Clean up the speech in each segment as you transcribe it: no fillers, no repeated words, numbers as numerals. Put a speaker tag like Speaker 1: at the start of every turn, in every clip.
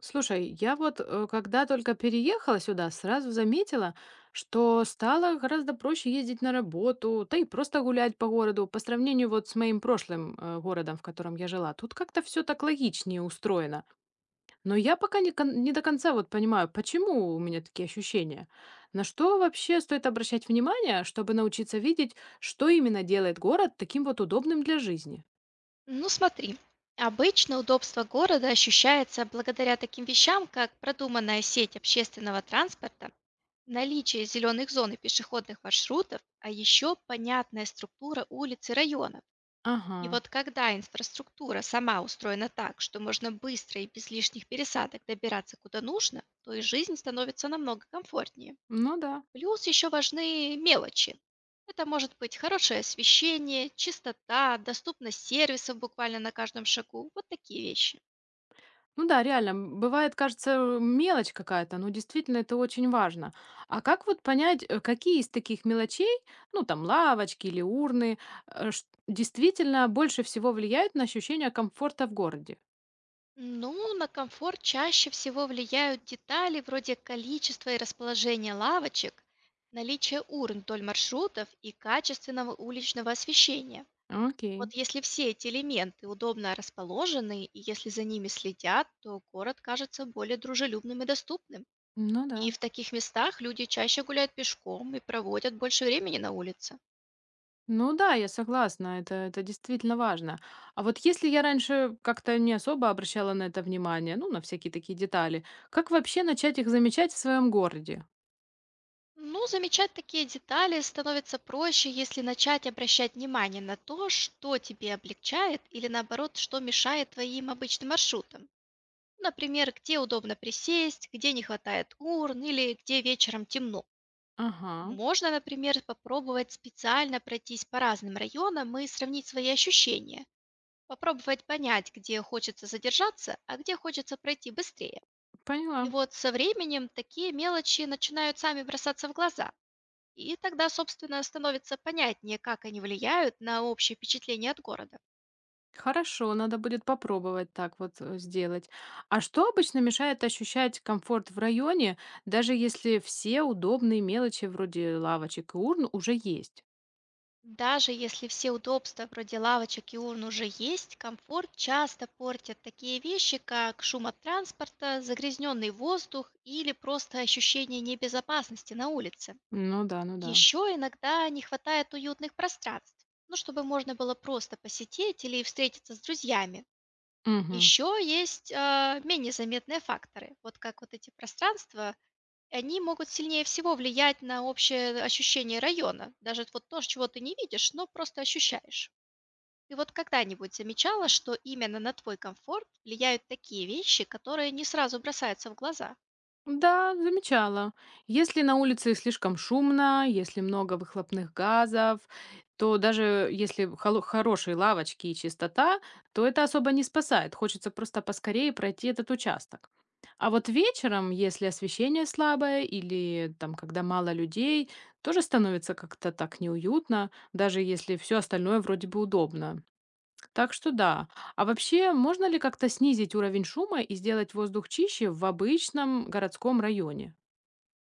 Speaker 1: Слушай, я вот, когда только переехала сюда, сразу заметила, что стало гораздо проще ездить на работу, да и просто гулять по городу по сравнению вот с моим прошлым, городом, в котором я жила. Тут как-то все так логичнее устроено. Но я пока не до конца вот понимаю, почему у меня такие ощущения. На что вообще стоит обращать внимание, чтобы научиться видеть, что именно делает город таким вот удобным для жизни?
Speaker 2: Ну смотри, обычно удобство города ощущается благодаря таким вещам, как продуманная сеть общественного транспорта, наличие зеленых зон и пешеходных маршрутов, а еще понятная структура улиц и районов. И
Speaker 1: Ага,
Speaker 2: вот когда инфраструктура сама устроена так, что можно быстро и без лишних пересадок добираться куда нужно, то и жизнь становится намного комфортнее.
Speaker 1: ну да.
Speaker 2: Плюс еще важны мелочи. Это может быть хорошее освещение, чистота, доступность сервисов буквально на каждом шагу. Вот такие вещи.
Speaker 1: Ну да, реально, бывает, кажется, мелочь какая-то, но действительно это очень важно. А как вот понять, какие из таких мелочей, ну там лавочки или урны, действительно больше всего влияют на ощущение комфорта в городе?
Speaker 2: Ну, на комфорт чаще всего влияют детали вроде количества и расположения лавочек, наличие урн вдоль маршрутов и качественного уличного освещения.
Speaker 1: Окей,
Speaker 2: Вот если все эти элементы удобно расположены и если за ними следят, то город кажется более дружелюбным и доступным.
Speaker 1: ну да.
Speaker 2: И в таких местах люди чаще гуляют пешком и проводят больше времени на улице.
Speaker 1: Ну да, я согласна, это действительно важно. А вот если я раньше как-то не особо обращала на это внимание, ну, на всякие такие детали, как вообще начать их замечать в своем городе?
Speaker 2: Ну, замечать такие детали становится проще, если начать обращать внимание на то, что тебе облегчает или наоборот, что мешает твоим обычным маршрутам. Например, где удобно присесть, где не хватает урн или где вечером темно.
Speaker 1: Ага,
Speaker 2: Можно, например, попробовать специально пройтись по разным районам и сравнить свои ощущения. Попробовать понять, где хочется задержаться, а где хочется пройти быстрее. И
Speaker 1: поняла.
Speaker 2: вот со временем такие мелочи начинают сами бросаться в глаза. И тогда, собственно, становится понятнее, как они влияют на общее впечатление от города.
Speaker 1: Хорошо, надо будет попробовать так вот сделать. А что обычно мешает ощущать комфорт в районе, даже если все удобные мелочи вроде лавочек и урн уже есть?
Speaker 2: Даже если все удобства вроде лавочек и урн уже есть, комфорт часто портят такие вещи, как шум от транспорта, загрязненный воздух или просто ощущение небезопасности на улице.
Speaker 1: Ну да, ну да.
Speaker 2: Еще иногда не хватает уютных пространств, ну, чтобы можно было просто посетить или встретиться с друзьями.
Speaker 1: Мгм.
Speaker 2: Еще есть, менее заметные факторы, вот как вот эти пространства, и они могут сильнее всего влиять на общее ощущение района, даже вот то, чего ты не видишь, но просто ощущаешь. Ты вот когда-нибудь замечала, что именно на твой комфорт влияют такие вещи, которые не сразу бросаются в глаза?
Speaker 1: Да, замечала. Если на улице слишком шумно, если много выхлопных газов, то даже если хорошие лавочки и чистота, то это особо не спасает. Хочется просто поскорее пройти этот участок. А вот вечером, если освещение слабое или там, когда мало людей, тоже становится как-то так неуютно, даже если все остальное вроде бы удобно. Так что да. А вообще, можно ли как-то снизить уровень шума и сделать воздух чище в обычном городском районе?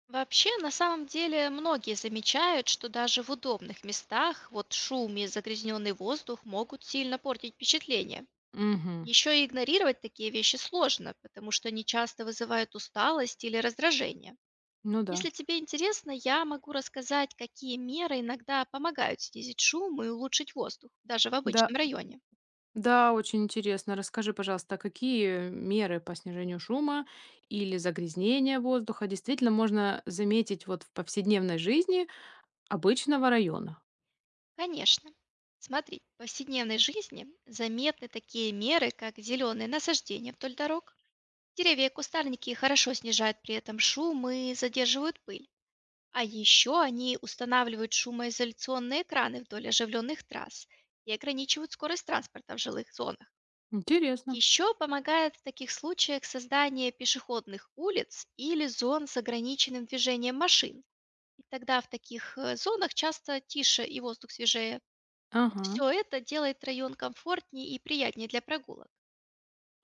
Speaker 2: Вообще, на самом деле, многие замечают, что даже в удобных местах вот шум и загрязненный воздух могут сильно портить впечатление.
Speaker 1: Угу.
Speaker 2: Еще и игнорировать такие вещи сложно, потому что они часто вызывают усталость или раздражение.
Speaker 1: Ну да.
Speaker 2: Если тебе интересно, я могу рассказать, какие меры иногда помогают снизить шум и улучшить воздух, даже в
Speaker 1: Да,
Speaker 2: обычном районе.
Speaker 1: да, очень интересно. Расскажи, пожалуйста, какие меры по снижению шума или загрязнения воздуха действительно можно заметить вот в повседневной жизни обычного района?
Speaker 2: Конечно. Смотри, в повседневной жизни заметны такие меры, как зеленые насаждения вдоль дорог. Деревья и кустарники хорошо снижают при этом шум и задерживают пыль. А еще они устанавливают шумоизоляционные экраны вдоль оживленных трасс и ограничивают скорость транспорта в жилых зонах.
Speaker 1: Интересно.
Speaker 2: Еще помогает в таких случаях создание пешеходных улиц или зон с ограниченным движением машин. И тогда в таких зонах часто тише и воздух свежее. Вот
Speaker 1: Ага.
Speaker 2: все это делает район комфортнее и приятнее для прогулок.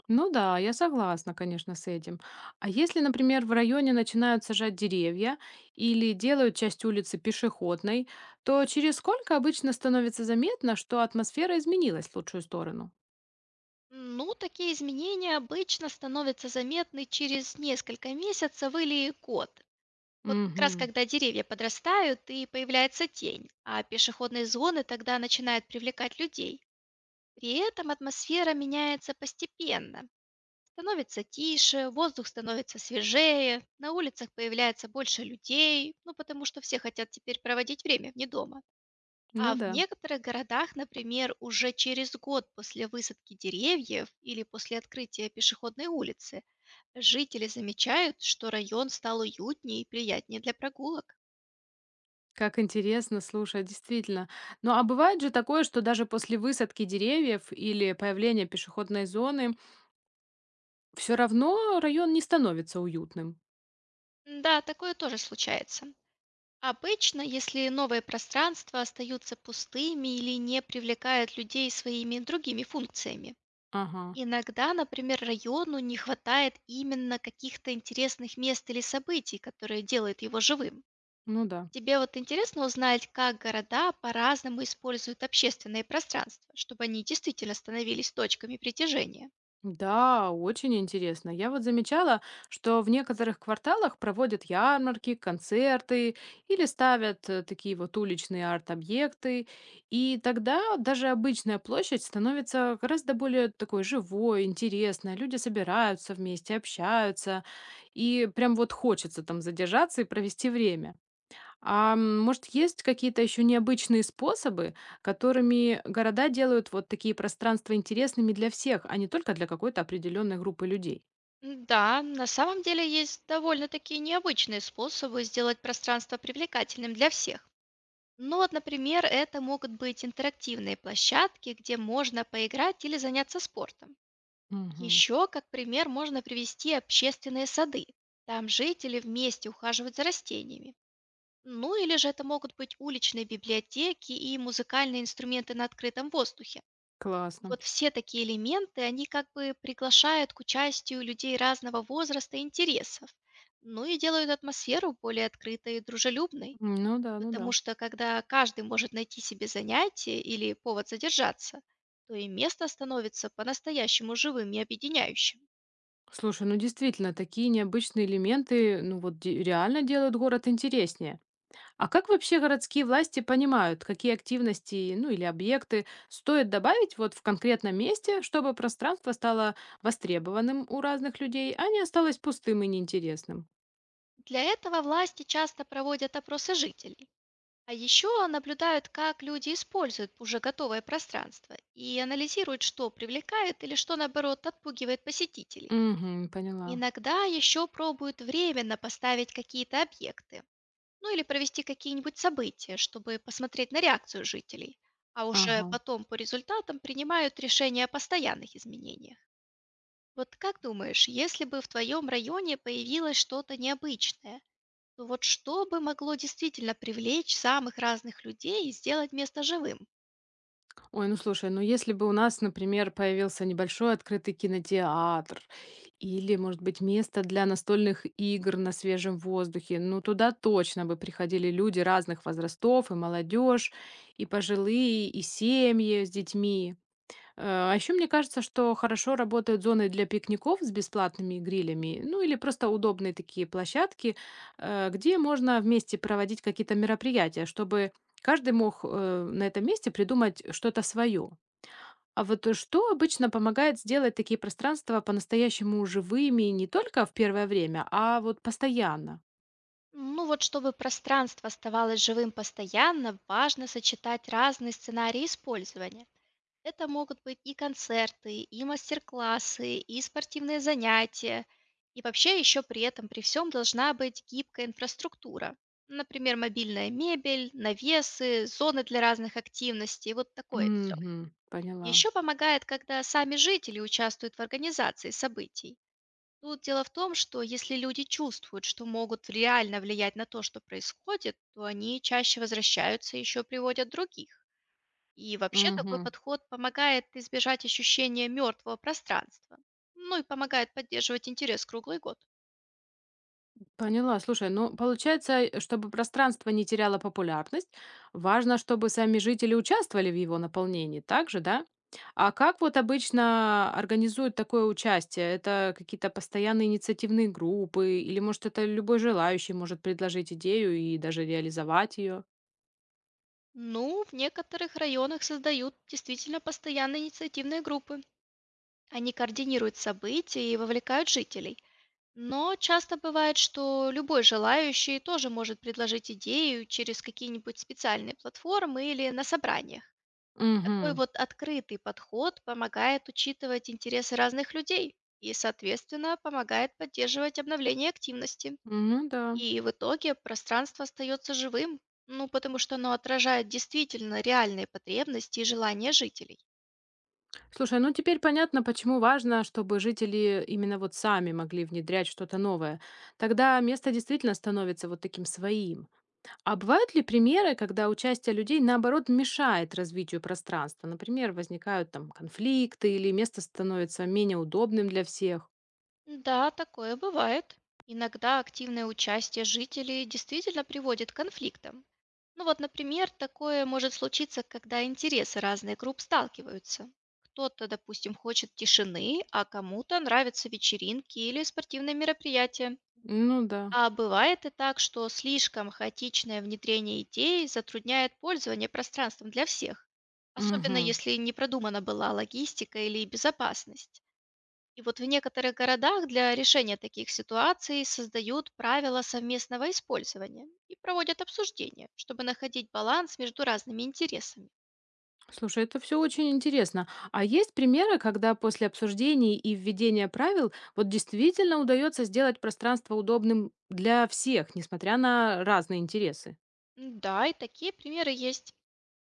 Speaker 1: Ну да, я согласна, конечно, с этим. А если, например, в районе начинают сажать деревья или делают часть улицы пешеходной, то через сколько обычно становится заметно, что атмосфера изменилась в лучшую сторону?
Speaker 2: Ну, такие изменения обычно становятся заметны через несколько месяцев или год. Вот как раз
Speaker 1: Угу.
Speaker 2: когда деревья подрастают и появляется тень, а пешеходные зоны тогда начинают привлекать людей. При этом атмосфера меняется постепенно. Становится тише, воздух становится свежее, на улицах появляется больше людей, ну потому что все хотят теперь проводить время вне дома.
Speaker 1: Ну
Speaker 2: А в
Speaker 1: да.
Speaker 2: некоторых городах, например, уже через год после высадки деревьев или после открытия пешеходной улицы, жители замечают, что район стал уютнее и приятнее для прогулок.
Speaker 1: Как интересно, слушай, действительно. Ну а бывает же такое, что даже после высадки деревьев или появления пешеходной зоны, все равно район не становится уютным.
Speaker 2: Да, такое тоже случается. Обычно, если новые пространства остаются пустыми или не привлекают людей своими другими функциями.
Speaker 1: Ага,
Speaker 2: Иногда, например, району не хватает именно каких-то интересных мест или событий, которые делают его живым.
Speaker 1: ну да.
Speaker 2: Тебе вот интересно узнать, как города по-разному используют общественные пространства, чтобы они действительно становились точками притяжения.
Speaker 1: Да, очень интересно. Я вот замечала, что в некоторых кварталах проводят ярмарки, концерты или ставят такие вот уличные арт-объекты. И тогда даже обычная площадь становится гораздо более такой живой, интересной. Люди собираются вместе, общаются. И прям вот хочется там задержаться и провести время. Может, есть какие-то еще необычные способы, которыми города делают вот такие пространства интересными для всех, а не только для какой-то определенной группы людей?
Speaker 2: Да, на самом деле есть довольно-таки необычные способы сделать пространство привлекательным для всех. Ну вот, например, это могут быть интерактивные площадки, где можно поиграть или заняться спортом.
Speaker 1: Мгм.
Speaker 2: Еще, как пример, можно привести общественные сады. Там жители вместе ухаживают за растениями. Ну или же это могут быть уличные библиотеки и музыкальные инструменты на открытом воздухе.
Speaker 1: Классно.
Speaker 2: Вот все такие элементы, они как бы приглашают к участию людей разного возраста и интересов. Ну и делают атмосферу более открытой и дружелюбной.
Speaker 1: Ну да, ну
Speaker 2: Потому
Speaker 1: да.
Speaker 2: что когда каждый может найти себе занятие или повод задержаться, то и место становится по-настоящему живым и объединяющим.
Speaker 1: Слушай, ну действительно, такие необычные элементы, реально делают город интереснее. А как вообще городские власти понимают, какие активности, ну или объекты стоит добавить вот в конкретном месте, чтобы пространство стало востребованным у разных людей, а не осталось пустым и неинтересным?
Speaker 2: Для этого власти часто проводят опросы жителей. А еще наблюдают, как люди используют уже готовое пространство и анализируют, что привлекает или что, наоборот, отпугивает посетителей.
Speaker 1: Мгм. Поняла.
Speaker 2: Иногда еще пробуют временно поставить какие-то объекты, ну или провести какие-нибудь события, чтобы посмотреть на реакцию жителей, а уже
Speaker 1: Ага.
Speaker 2: потом по результатам принимают решение о постоянных изменениях. Вот как думаешь, если бы в твоем районе появилось что-то необычное, то вот что бы могло действительно привлечь самых разных людей и сделать место живым?
Speaker 1: Ой, ну слушай, ну если бы у нас, например, появился небольшой открытый кинотеатр или, может быть, место для настольных игр на свежем воздухе, ну туда точно бы приходили люди разных возрастов, и молодежь, и пожилые, и семьи с детьми. А еще мне кажется, что хорошо работают зоны для пикников с бесплатными грилями, ну или просто удобные такие площадки, где можно вместе проводить какие-то мероприятия, чтобы каждый мог на этом месте придумать что-то свое. А вот что обычно помогает сделать такие пространства по-настоящему живыми не только в первое время, а вот постоянно?
Speaker 2: Ну вот чтобы пространство оставалось живым постоянно, важно сочетать разные сценарии использования. Это могут быть и концерты, и мастер-классы, и спортивные занятия. И вообще еще при этом, при всем должна быть гибкая инфраструктура. Например, мобильная мебель, навесы, зоны для разных активностей, вот такое все.
Speaker 1: Мгм, поняла.
Speaker 2: Еще помогает, когда сами жители участвуют в организации событий. Тут дело в том, что если люди чувствуют, что могут реально влиять на то, что происходит, то они чаще возвращаются и еще приводят других. И вообще такой
Speaker 1: Мгм.
Speaker 2: подход помогает избежать ощущения мертвого пространства, ну и помогает поддерживать интерес круглый год.
Speaker 1: Поняла. Слушай, ну, получается, чтобы пространство не теряло популярность, важно, чтобы сами жители участвовали в его наполнении также, да? А как вот обычно организуют такое участие? Это какие-то постоянные инициативные группы? Или, может, это любой желающий может предложить идею и даже реализовать ее?
Speaker 2: Ну, в некоторых районах создают действительно постоянные инициативные группы. Они координируют события и вовлекают жителей. Но часто бывает, что любой желающий тоже может предложить идею через какие-нибудь специальные платформы или на собраниях. Такой
Speaker 1: Угу.
Speaker 2: вот открытый подход помогает учитывать интересы разных людей и, соответственно, помогает поддерживать обновление активности.
Speaker 1: Ну да.
Speaker 2: И в итоге пространство остается живым, ну, потому что оно отражает действительно реальные потребности и желания жителей.
Speaker 1: Слушай, ну теперь понятно, почему важно, чтобы жители именно вот сами могли внедрять что-то новое. Тогда место действительно становится вот таким своим. А бывают ли примеры, когда участие людей, наоборот, мешает развитию пространства? Например, возникают там конфликты или место становится менее удобным для всех?
Speaker 2: Да, такое бывает. Иногда активное участие жителей действительно приводит к конфликтам. Ну вот, например, такое может случиться, когда интересы разных групп сталкиваются. Кто-то, допустим, хочет тишины, а кому-то нравятся вечеринки или спортивные мероприятия.
Speaker 1: Ну да.
Speaker 2: А бывает и так, что слишком хаотичное внедрение идей затрудняет пользование пространством для всех, особенно
Speaker 1: Мгм.
Speaker 2: если не продумана была логистика или безопасность. И вот в некоторых городах для решения таких ситуаций создают правила совместного использования и проводят обсуждения, чтобы находить баланс между разными интересами.
Speaker 1: Слушай, это все очень интересно. А есть примеры, когда после обсуждений и введения правил вот действительно удается сделать пространство удобным для всех, несмотря на разные интересы?
Speaker 2: Да, и такие примеры есть.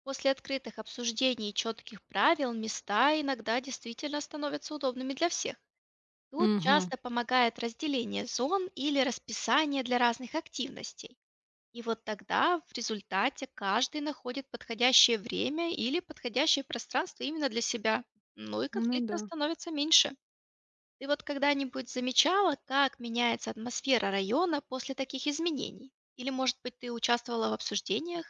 Speaker 2: После открытых обсуждений и четких правил места иногда действительно становятся удобными для всех. Тут
Speaker 1: Угу.
Speaker 2: часто помогает разделение зон или расписание для разных активностей. И вот тогда в результате каждый находит подходящее время или подходящее пространство именно для себя. Ну и
Speaker 1: Ну да.
Speaker 2: конфликтов становится меньше. Ты вот когда-нибудь замечала, как меняется атмосфера района после таких изменений? Или, может быть, ты участвовала в обсуждениях?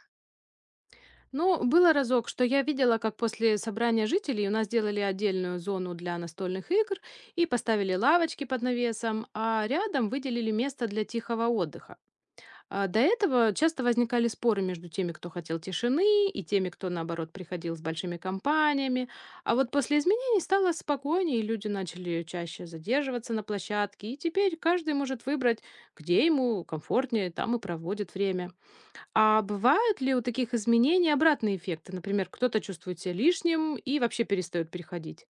Speaker 1: Ну, было разок, что я видела, как после собрания жителей у нас делали отдельную зону для настольных игр и поставили лавочки под навесом, а рядом выделили место для тихого отдыха. А до этого часто возникали споры между теми, кто хотел тишины, и теми, кто, наоборот, приходил с большими компаниями. А вот после изменений стало спокойнее, и люди начали чаще задерживаться на площадке, и теперь каждый может выбрать, где ему комфортнее, там и проводит время. А бывают ли у таких изменений обратные эффекты? Например, кто-то чувствует себя лишним и вообще перестает переходить.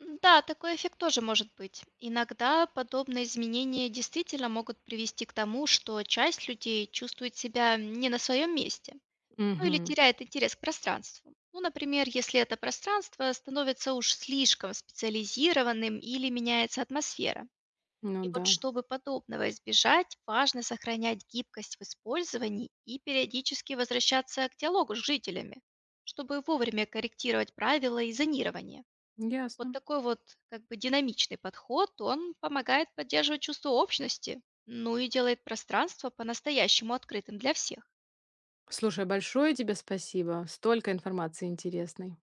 Speaker 2: Да, такой эффект тоже может быть. Иногда подобные изменения действительно могут привести к тому, что часть людей чувствует себя не на своем месте. Ну или
Speaker 1: Угу,
Speaker 2: теряет интерес к пространству. Ну, например, если это пространство становится уж слишком специализированным или меняется атмосфера.
Speaker 1: ну
Speaker 2: И вот
Speaker 1: да,
Speaker 2: чтобы подобного избежать, важно сохранять гибкость в использовании и периодически возвращаться к диалогу с жителями, чтобы вовремя корректировать правила и зонирование. Вот
Speaker 1: ясно.
Speaker 2: такой вот как бы динамичный подход, он помогает поддерживать чувство общности, ну и делает пространство по-настоящему открытым для всех.
Speaker 1: Слушай, большое тебе спасибо. Столько информации интересной.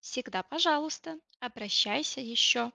Speaker 2: Всегда пожалуйста, обращайся еще.